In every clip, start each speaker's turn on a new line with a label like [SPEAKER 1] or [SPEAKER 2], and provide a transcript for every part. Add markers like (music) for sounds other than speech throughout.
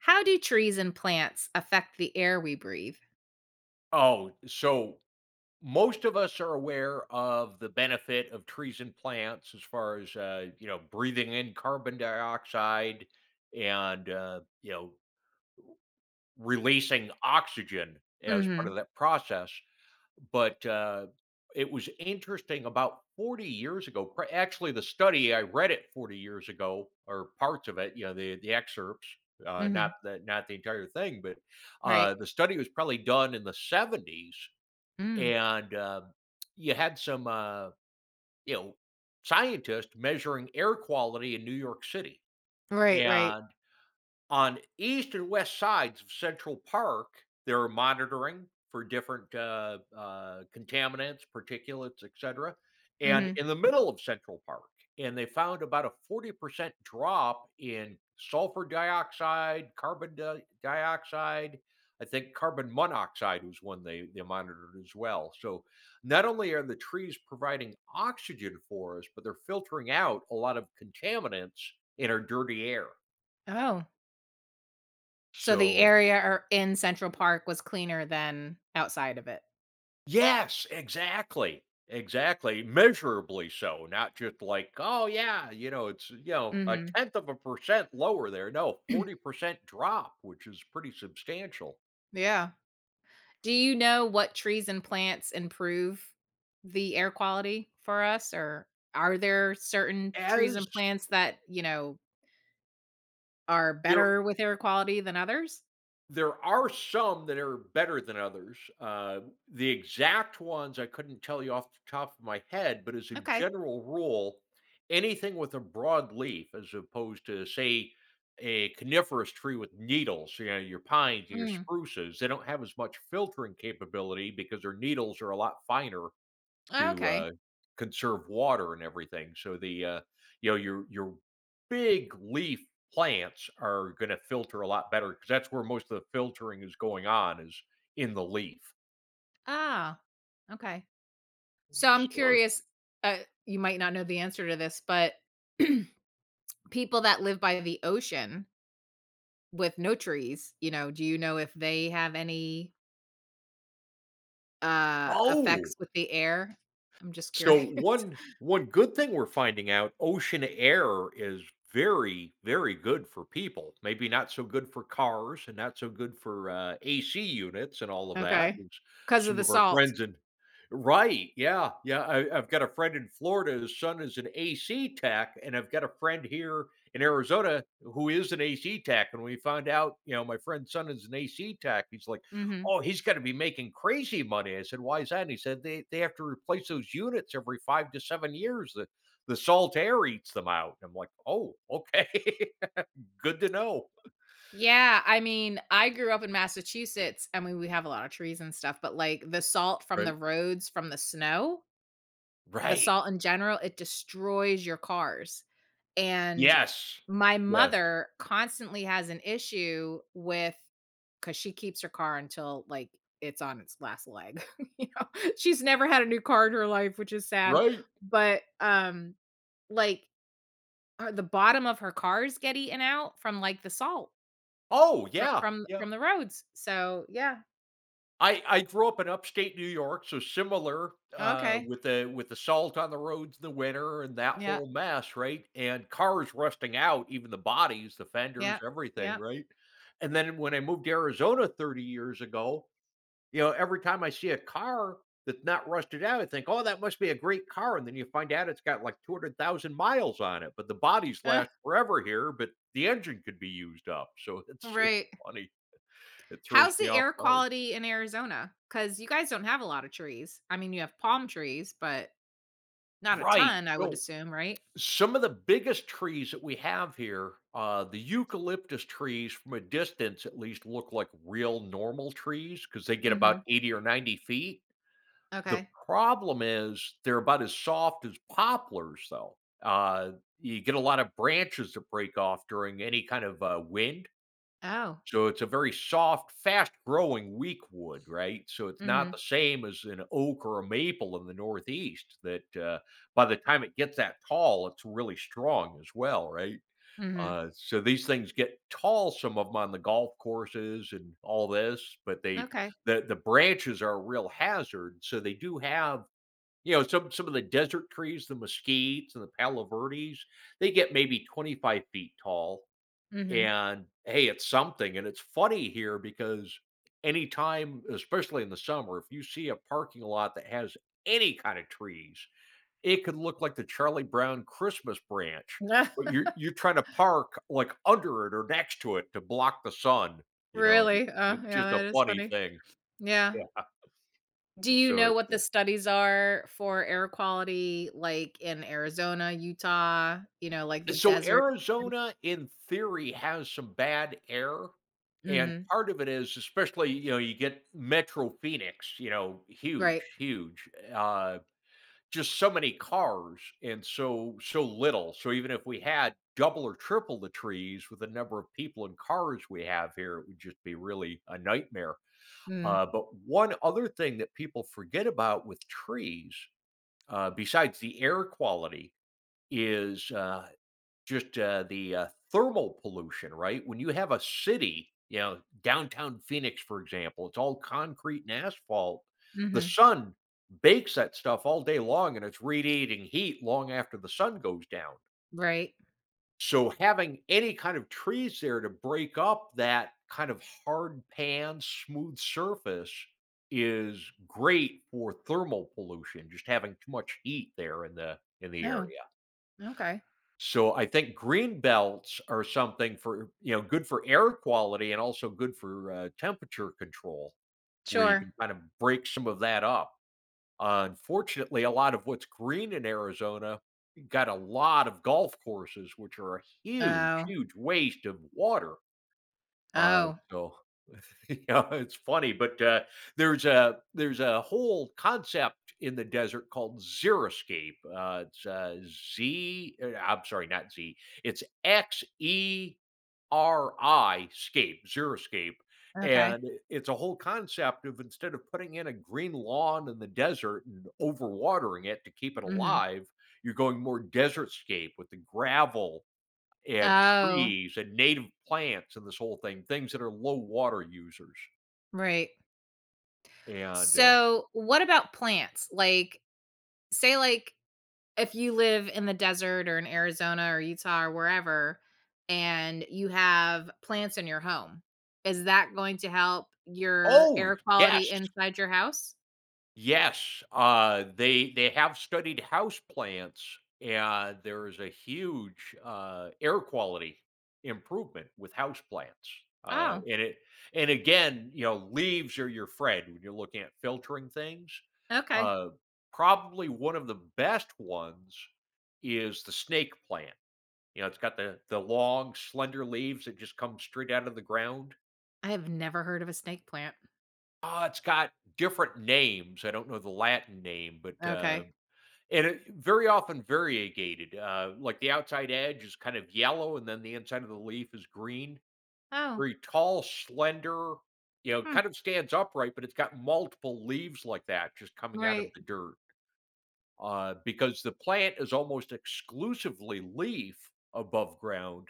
[SPEAKER 1] How do trees and plants affect the air we breathe?
[SPEAKER 2] Oh, so most of us are aware of the benefit of trees and plants as far as breathing in carbon dioxide and releasing oxygen as part
[SPEAKER 1] Mhm,
[SPEAKER 2] of that process. But it was interesting about 40 years ago. Actually, the study I read it 40 years ago, or parts of it. You know, the excerpts, not
[SPEAKER 1] mhm,
[SPEAKER 2] the entire thing, but
[SPEAKER 1] right.
[SPEAKER 2] the study was probably done in the 70s
[SPEAKER 1] Mm.
[SPEAKER 2] and, you had some, you know, scientists measuring air quality in New York City,
[SPEAKER 1] Right, right.
[SPEAKER 2] and on east and west sides of Central Park, they are monitoring for different contaminants, particulates, etc. And
[SPEAKER 1] Mhm.
[SPEAKER 2] in the middle of Central Park, and they found about a 40% drop in sulfur dioxide, dioxide. I think carbon monoxide was one they monitored as well. So not only are the trees providing oxygen for us, but they're filtering out a lot of contaminants in our dirty air.
[SPEAKER 1] Oh, so the
[SPEAKER 2] So
[SPEAKER 1] area ar in Central Park was cleaner than outside of it.
[SPEAKER 2] Yes, exactly, exactly, measurably so, not just like, "Oh, yeah, you know, it's, you know, a
[SPEAKER 1] Mhm,
[SPEAKER 2] tenth of a percent lower there." No, 40% drop, which is pretty substantial.
[SPEAKER 1] yeah. Do you know what trees and plants improve the air quality for us, or are there certain trees
[SPEAKER 2] As
[SPEAKER 1] and plants that, you know, are
[SPEAKER 2] there
[SPEAKER 1] better with air quality than others?
[SPEAKER 2] There are some that are better than others. The exact ones I couldn't tell you off the top of my head, but as a
[SPEAKER 1] Okay.
[SPEAKER 2] general rule, anything with a broad leaf, as opposed to, say, a coniferous tree with needles, you know, your pines and your
[SPEAKER 1] Mm.
[SPEAKER 2] spruces, they don't have as much filtering capability because their needles are a lot finer to,
[SPEAKER 1] Okay.
[SPEAKER 2] conserve water and everything, so the, you know, your big leaf plants are gonna filter a lot better because that's where most of the filtering is going on is in the leaf.
[SPEAKER 1] Ah, okay. So I'm
[SPEAKER 2] So
[SPEAKER 1] curious, uh, you might not know the answer to this, but (clears throat) people that live by the ocean with no trees, you know, do you know if they have any,
[SPEAKER 2] oh!
[SPEAKER 1] effects with the air? I'm just
[SPEAKER 2] So
[SPEAKER 1] curious.
[SPEAKER 2] one
[SPEAKER 1] (laughs)
[SPEAKER 2] one good thing we're finding out, ocean air is very, very good for people. Maybe not so good for cars and not so good for AC units and all of that.
[SPEAKER 1] Okay,
[SPEAKER 2] And s-
[SPEAKER 1] because of
[SPEAKER 2] some
[SPEAKER 1] the
[SPEAKER 2] of our
[SPEAKER 1] salt.
[SPEAKER 2] friends in Right, yeah, yeah. I've got a friend in Florida. His son is an AC tech, and I've got a friend here in Arizona who is an AC tech. And we found out, you know, my friend's son is an AC tech. He's like
[SPEAKER 1] Mhm.
[SPEAKER 2] oh, he's going to be making crazy money. I said, why is that? And he said, they have to replace those units every 5 to 7 years. The salt air eats them out. And I'm like, oh, okay. (laughs) Good to know.
[SPEAKER 1] Yeah, I mean, I grew up in Massachusetts. I mean, we have a lot of trees and stuff, but, like, the salt from the
[SPEAKER 2] Right.
[SPEAKER 1] roads from the snow. The
[SPEAKER 2] Right.
[SPEAKER 1] salt in general, it destroys your cars, and
[SPEAKER 2] Yes.
[SPEAKER 1] my
[SPEAKER 2] Yes.
[SPEAKER 1] mother constantly has an issue with, because she keeps her car until, like, it's on its last leg, (laughs) you know? She's never had a new car in her life, which is sad,
[SPEAKER 2] Right.
[SPEAKER 1] but, like, her the bottom of her cars get eaten out from, like, the salt
[SPEAKER 2] Oh,
[SPEAKER 1] fro
[SPEAKER 2] yeah.
[SPEAKER 1] from
[SPEAKER 2] Yeah.
[SPEAKER 1] from the roads, so, yeah.
[SPEAKER 2] I grew up in upstate New York, so similar,
[SPEAKER 1] Okay.
[SPEAKER 2] with the salt on the roads in the winter and that
[SPEAKER 1] Yeah,
[SPEAKER 2] whole mess, right? And cars rusting out, even the bodies, the
[SPEAKER 1] yeah,
[SPEAKER 2] fenders, everything,
[SPEAKER 1] yeah.
[SPEAKER 2] right? And then when I moved to Arizona 30 years ago, you know, every time I see a car that's not rusted out, I think, "Oh, that must be a great car," and then you find out it's got like 200,000 miles on it, but the bodies
[SPEAKER 1] (laughs) Ugh,
[SPEAKER 2] last forever here, but the engine could be used up, so (laughs) it's
[SPEAKER 1] right.
[SPEAKER 2] funny. It throws
[SPEAKER 1] How's
[SPEAKER 2] me
[SPEAKER 1] the air
[SPEAKER 2] off guard.
[SPEAKER 1] quality in Arizona? Because you guys don't have a lot of trees. I mean, you have palm trees, but not a
[SPEAKER 2] Right,
[SPEAKER 1] ton, I would
[SPEAKER 2] so
[SPEAKER 1] assume, right?
[SPEAKER 2] some of the biggest trees that we have here, the eucalyptus trees from a distance at least look like real normal trees because they get about
[SPEAKER 1] Mhm.
[SPEAKER 2] 80 or 90 feet. The
[SPEAKER 1] Okay.
[SPEAKER 2] problem is they're about as soft as poplars, though. You get a lot of branches that break off during any kind of wind.
[SPEAKER 1] Oh.
[SPEAKER 2] So it's a very soft, fast-growing weak wood, right? So it's not the
[SPEAKER 1] Mhm.
[SPEAKER 2] same as an oak or a maple in the Northeast that, by the time it gets that tall, it's really strong as well, right?
[SPEAKER 1] Mhm.
[SPEAKER 2] So these things get tall, some of them on the golf courses and all this, but they
[SPEAKER 1] Okay.
[SPEAKER 2] the branches are a real hazard, so they do have you know, some of the desert trees, the mesquites and the palo verdes, they get maybe 25 feet tall.
[SPEAKER 1] Mhm.
[SPEAKER 2] And hey, it's something. And it's funny here because anytime, especially in the summer, if you see a parking lot that has any kind of trees, it could look like the Charlie Brown Christmas branch. But you're
[SPEAKER 1] (laughs)
[SPEAKER 2] you're trying to park like under it or next to it to block the sun, you know. And
[SPEAKER 1] Really? Oh,
[SPEAKER 2] It's
[SPEAKER 1] yeah,
[SPEAKER 2] just a
[SPEAKER 1] that is
[SPEAKER 2] funny
[SPEAKER 1] funny.
[SPEAKER 2] thing.
[SPEAKER 1] Yeah.
[SPEAKER 2] Yeah.
[SPEAKER 1] Do you
[SPEAKER 2] So
[SPEAKER 1] know
[SPEAKER 2] it's
[SPEAKER 1] what
[SPEAKER 2] uh,
[SPEAKER 1] the studies are for air quality, like, in Arizona, Utah, you know, like, the
[SPEAKER 2] So
[SPEAKER 1] desert?
[SPEAKER 2] Arizona, in theory, has some bad air, and
[SPEAKER 1] Mhm.
[SPEAKER 2] part of it is, especially, you know, you get Metro Phoenix, you know, huge,
[SPEAKER 1] Right.
[SPEAKER 2] huge, just so many cars and so little. So even if we had double or triple the trees with the number of people and cars we have here, it would just be really a nightmare.
[SPEAKER 1] Mm.
[SPEAKER 2] But one other thing that people forget about with trees, besides the air quality, is thermal pollution, right? When you have a city, you know, downtown Phoenix, for example, it's all concrete and asphalt. The
[SPEAKER 1] Mhm.
[SPEAKER 2] sun bakes that stuff all day long, and it's radiating heat long after the sun goes down.
[SPEAKER 1] Right.
[SPEAKER 2] So, having any kind of trees there to break up that kind of hard pan, smooth surface is great for thermal pollution, just having too much heat there in the
[SPEAKER 1] Oh,
[SPEAKER 2] area.
[SPEAKER 1] okay.
[SPEAKER 2] So I think green belts are something for, you know, good for air quality and also good for temperature control, where you can
[SPEAKER 1] Sure.
[SPEAKER 2] kind of break some of that up. Unfortunately, a lot of what's green in Arizona you got a lot of golf courses, which are a huge,
[SPEAKER 1] Oh.
[SPEAKER 2] huge waste of water. Uh,
[SPEAKER 1] Oh.
[SPEAKER 2] so (laughs) you know, it's funny, but there's a whole concept in the desert called xeriscape. It's Z. I'm sorry, not Z. It's XERI scape xeriscape,
[SPEAKER 1] Okay.
[SPEAKER 2] and it's a whole concept of instead of putting in a green lawn in the desert and overwatering it to keep it
[SPEAKER 1] Mhm.
[SPEAKER 2] alive, you're going more desert scape with the gravel and
[SPEAKER 1] Oh,
[SPEAKER 2] trees and native plants and this whole thing, things that are low water users.
[SPEAKER 1] right.
[SPEAKER 2] And,
[SPEAKER 1] So, what about plants? Like, say, like, if you live in the desert or in Arizona or Utah or wherever, and you have plants in your home, is that going to help your
[SPEAKER 2] oh,
[SPEAKER 1] air quality
[SPEAKER 2] yes,
[SPEAKER 1] inside your house?
[SPEAKER 2] yes, they have studied house plants, and there is a huge, air quality improvement with houseplants, uh,
[SPEAKER 1] Oh,
[SPEAKER 2] and it and again, you know, leaves are your friend when you're looking at filtering things.
[SPEAKER 1] okay.
[SPEAKER 2] Uh, Probably one of the best ones is the snake plant. You know, it's got the long, slender leaves that just come straight out of the ground.
[SPEAKER 1] I have never heard of a snake plant.
[SPEAKER 2] Ah, it's got different names. I don't know the Latin name, but,
[SPEAKER 1] Okay.
[SPEAKER 2] and it very often variegated, like, the outside edge is kind of yellow, and then the inside of the leaf is green.
[SPEAKER 1] Oh,
[SPEAKER 2] Very tall, slender, you know, kind
[SPEAKER 1] hmm.
[SPEAKER 2] of stands upright, but it's got multiple leaves like that just coming out of
[SPEAKER 1] Right.
[SPEAKER 2] the dirt, because the plant is almost exclusively leaf above ground.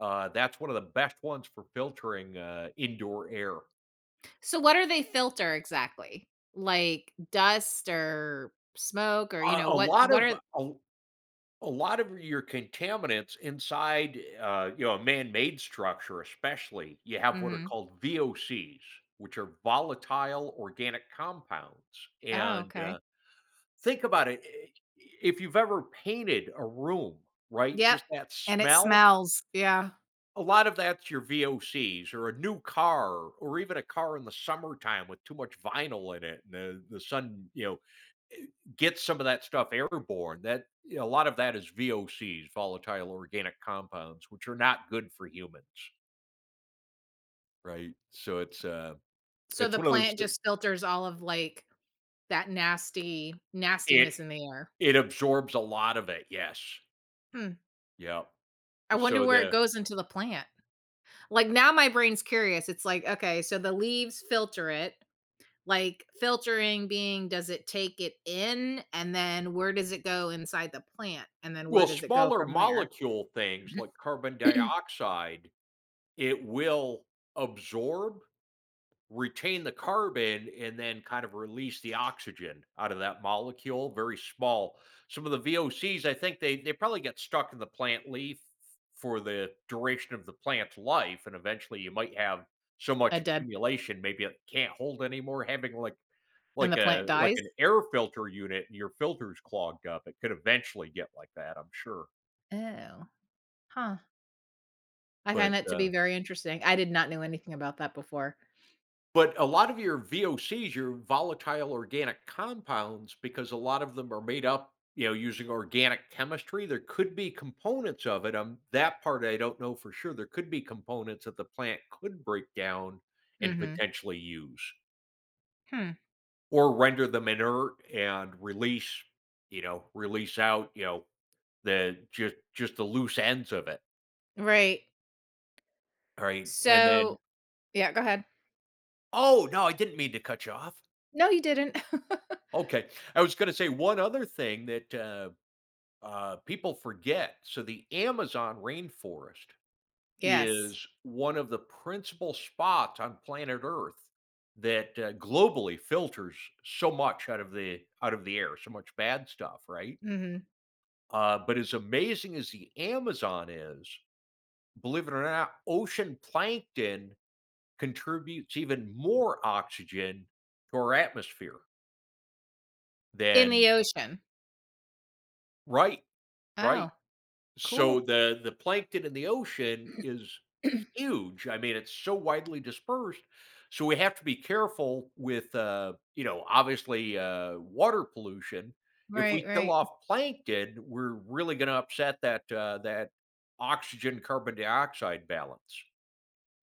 [SPEAKER 2] That's one of the best ones for filtering, indoor air.
[SPEAKER 1] So, what do they filter exactly? Like dust or smoke, or you
[SPEAKER 2] Uh,
[SPEAKER 1] know
[SPEAKER 2] a
[SPEAKER 1] what?
[SPEAKER 2] lot
[SPEAKER 1] What
[SPEAKER 2] of
[SPEAKER 1] are
[SPEAKER 2] a A lot of your contaminants inside, you know, a man-made structure especially, you have what are
[SPEAKER 1] Mhm.
[SPEAKER 2] called VOCs, which are volatile organic compounds,
[SPEAKER 1] Oh,
[SPEAKER 2] and,
[SPEAKER 1] okay.
[SPEAKER 2] think about it, I if you've ever painted a room, right,
[SPEAKER 1] Yep,
[SPEAKER 2] just that
[SPEAKER 1] and it
[SPEAKER 2] smell,
[SPEAKER 1] smells, yeah.
[SPEAKER 2] a lot of that's your VOCs or a new car or even a car in the summertime with too much vinyl in it and the sun, you know, get some of that stuff airborne. That you know, a lot of that is VOCs, volatile organic compounds, which are not good for humans, right?
[SPEAKER 1] So
[SPEAKER 2] It's
[SPEAKER 1] the
[SPEAKER 2] one of those.
[SPEAKER 1] plant just filters all of, like, that nasty
[SPEAKER 2] It
[SPEAKER 1] nastiness in the air.
[SPEAKER 2] it absorbs a lot of it. Yes.
[SPEAKER 1] Hmm,
[SPEAKER 2] Yeah.
[SPEAKER 1] I wonder
[SPEAKER 2] So
[SPEAKER 1] where it
[SPEAKER 2] the
[SPEAKER 1] goes into the plant. Like, now my brain's curious, it's like, okay, so the leaves filter it, like, filtering being does it take it in, and then where does it go inside the plant, and then where
[SPEAKER 2] Well,
[SPEAKER 1] does it go
[SPEAKER 2] smaller
[SPEAKER 1] from there?
[SPEAKER 2] molecule things like carbon dioxide, it will absorb retain the carbon and then kind of release the oxygen out of that molecule, very small. Some of the VOCs, I think they probably get stuck in the plant leaf for the duration of the plant's life, and eventually you might have so
[SPEAKER 1] A
[SPEAKER 2] much
[SPEAKER 1] dead
[SPEAKER 2] accumulation maybe it can't hold anymore, having
[SPEAKER 1] and the
[SPEAKER 2] like
[SPEAKER 1] plant
[SPEAKER 2] a like
[SPEAKER 1] dies?
[SPEAKER 2] an air filter unit and your filter's clogged up, it could eventually get like that, I'm sure.
[SPEAKER 1] Oh, huh. I find
[SPEAKER 2] but
[SPEAKER 1] that to be
[SPEAKER 2] uh
[SPEAKER 1] very interesting. I did not know anything about that before.
[SPEAKER 2] But a lot of your VOCs, your volatile organic compounds, because a lot of them are made up, you know, using organic chemistry, there could be components of it. That part I don't know for sure. There could be components that the plant could break down and
[SPEAKER 1] Mhm.
[SPEAKER 2] potentially use
[SPEAKER 1] Hmm.
[SPEAKER 2] or render them inert and release, you know, release out, you know, the just the loose ends of it.
[SPEAKER 1] Right.
[SPEAKER 2] All right. And then,
[SPEAKER 1] So yeah, go ahead.
[SPEAKER 2] oh no, I didn't mean to cut you off.
[SPEAKER 1] No, you didn't. (laughs)
[SPEAKER 2] Okay. I was going to say one other thing that people forget. So the Amazon rainforest
[SPEAKER 1] Yes.
[SPEAKER 2] is one of the principal spots on planet Earth that globally filters so much out of the air, so much bad stuff, right?
[SPEAKER 1] Mhm.
[SPEAKER 2] But as amazing as the Amazon is, believe it or not, ocean plankton contributes even more oxygen to our atmosphere
[SPEAKER 1] In
[SPEAKER 2] than
[SPEAKER 1] the ocean.
[SPEAKER 2] right, right.
[SPEAKER 1] Oh.
[SPEAKER 2] So
[SPEAKER 1] Cool.
[SPEAKER 2] the plankton in the ocean is huge. I mean, it's so widely dispersed. So we have to be careful with, you know, obviously water pollution. If
[SPEAKER 1] Right,
[SPEAKER 2] we kill
[SPEAKER 1] right.
[SPEAKER 2] off plankton, we're really going to upset that oxygen carbon dioxide balance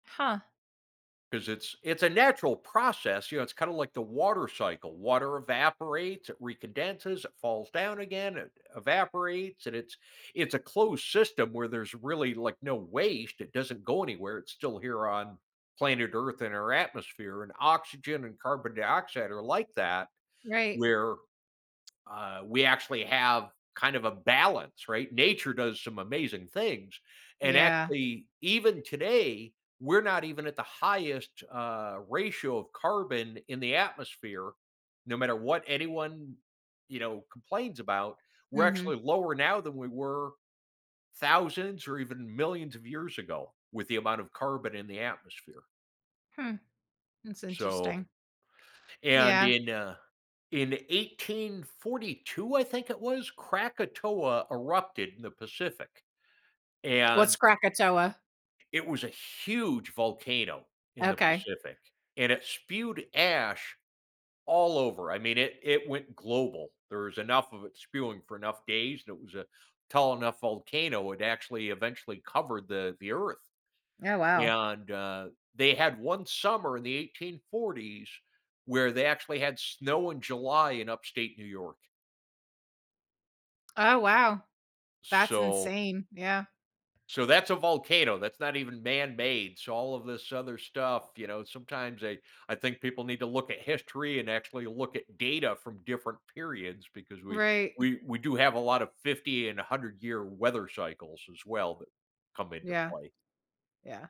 [SPEAKER 1] Huh,
[SPEAKER 2] because it's a natural process. You know, it's kind of like the water cycle. Water evaporates, it recondenses, it falls down again, it evaporates, and it's a closed system where there's really like no waste. It doesn't go anywhere. It's still here on planet Earth in our atmosphere, and oxygen and carbon dioxide are like that,
[SPEAKER 1] right.
[SPEAKER 2] where we actually have kind of a balance, right? Nature does some amazing things. And
[SPEAKER 1] Yeah.
[SPEAKER 2] actually, even today, we're not even at the highest ratio of carbon in the atmosphere, no matter what anyone, you know, complains about. We're
[SPEAKER 1] Mhm.
[SPEAKER 2] actually lower now than we were thousands or even millions of years ago with the amount of carbon in the atmosphere.
[SPEAKER 1] Hmm, that's
[SPEAKER 2] So,
[SPEAKER 1] interesting.
[SPEAKER 2] and
[SPEAKER 1] Yeah.
[SPEAKER 2] in 1842, I think it was, Krakatoa erupted in the Pacific, and
[SPEAKER 1] What's Krakatoa?
[SPEAKER 2] it was a huge volcano in the
[SPEAKER 1] Okay.
[SPEAKER 2] Pacific, and it spewed ash all over. I mean, it went global. There was enough of it spewing for enough days, and it was a tall enough volcano, it actually eventually covered the earth.
[SPEAKER 1] Oh, wow.
[SPEAKER 2] And, they had one summer in the 1840s where they actually had snow in July in upstate New York.
[SPEAKER 1] Oh, wow. That's
[SPEAKER 2] So
[SPEAKER 1] insane. Yeah.
[SPEAKER 2] That's a volcano. That's not even man-made. So all of this other stuff, you know, sometimes I think people need to look at history and actually look at data from different periods because we
[SPEAKER 1] Right.
[SPEAKER 2] we we do have a lot of 50 and 100 year weather cycles as well that come into
[SPEAKER 1] Yeah,
[SPEAKER 2] play.
[SPEAKER 1] yeah.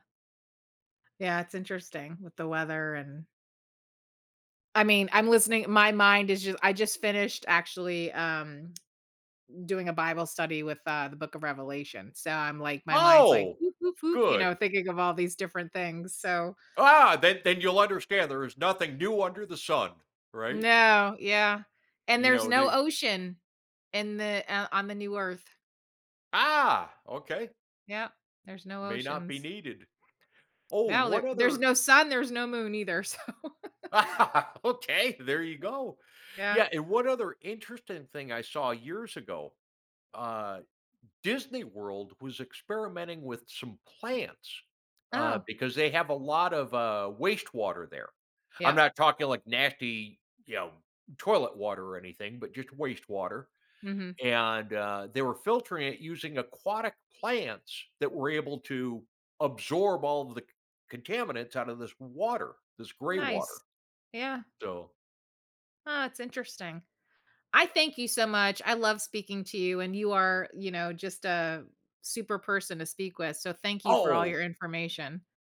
[SPEAKER 1] Yeah, it's interesting with the weather and I mean, I'm listening my mind is just I just finished actually, doing a Bible study with, the Book of Revelation, so I'm like my mind's like,
[SPEAKER 2] Oh,
[SPEAKER 1] "Whoop, whoop, whoop," you know,
[SPEAKER 2] good.
[SPEAKER 1] thinking of all these different things, so
[SPEAKER 2] Ah, then you'll understand there is nothing new under the sun, right?
[SPEAKER 1] no, yeah, and
[SPEAKER 2] You
[SPEAKER 1] there's
[SPEAKER 2] know,
[SPEAKER 1] no
[SPEAKER 2] they
[SPEAKER 1] ocean in the on the new Earth.
[SPEAKER 2] ah, okay,
[SPEAKER 1] Yeah, there's no
[SPEAKER 2] may not be
[SPEAKER 1] oceans.
[SPEAKER 2] needed. Oh,
[SPEAKER 1] Well, there
[SPEAKER 2] what
[SPEAKER 1] there's
[SPEAKER 2] other
[SPEAKER 1] no sun, there's no moon either, so
[SPEAKER 2] (laughs) okay, there you
[SPEAKER 1] (laughs)
[SPEAKER 2] go.
[SPEAKER 1] yeah.
[SPEAKER 2] Yeah, and one other interesting thing I saw years ago, uh, Disney World was experimenting with some plants,
[SPEAKER 1] Oh,
[SPEAKER 2] because they have a lot of, wastewater there. I'm
[SPEAKER 1] yep,
[SPEAKER 2] not talking like nasty, you know, toilet water or anything, but just wastewater,
[SPEAKER 1] mhm,
[SPEAKER 2] and, they were filtering it using aquatic plants that were able to absorb all of the c contaminants out of this water, this gray water,
[SPEAKER 1] nice. Yeah,
[SPEAKER 2] so
[SPEAKER 1] oh, it's interesting. I thank you so much, I love speaking to you, and you are, you know, just a super person to speak with, so thank you for all
[SPEAKER 2] Oh,
[SPEAKER 1] your information.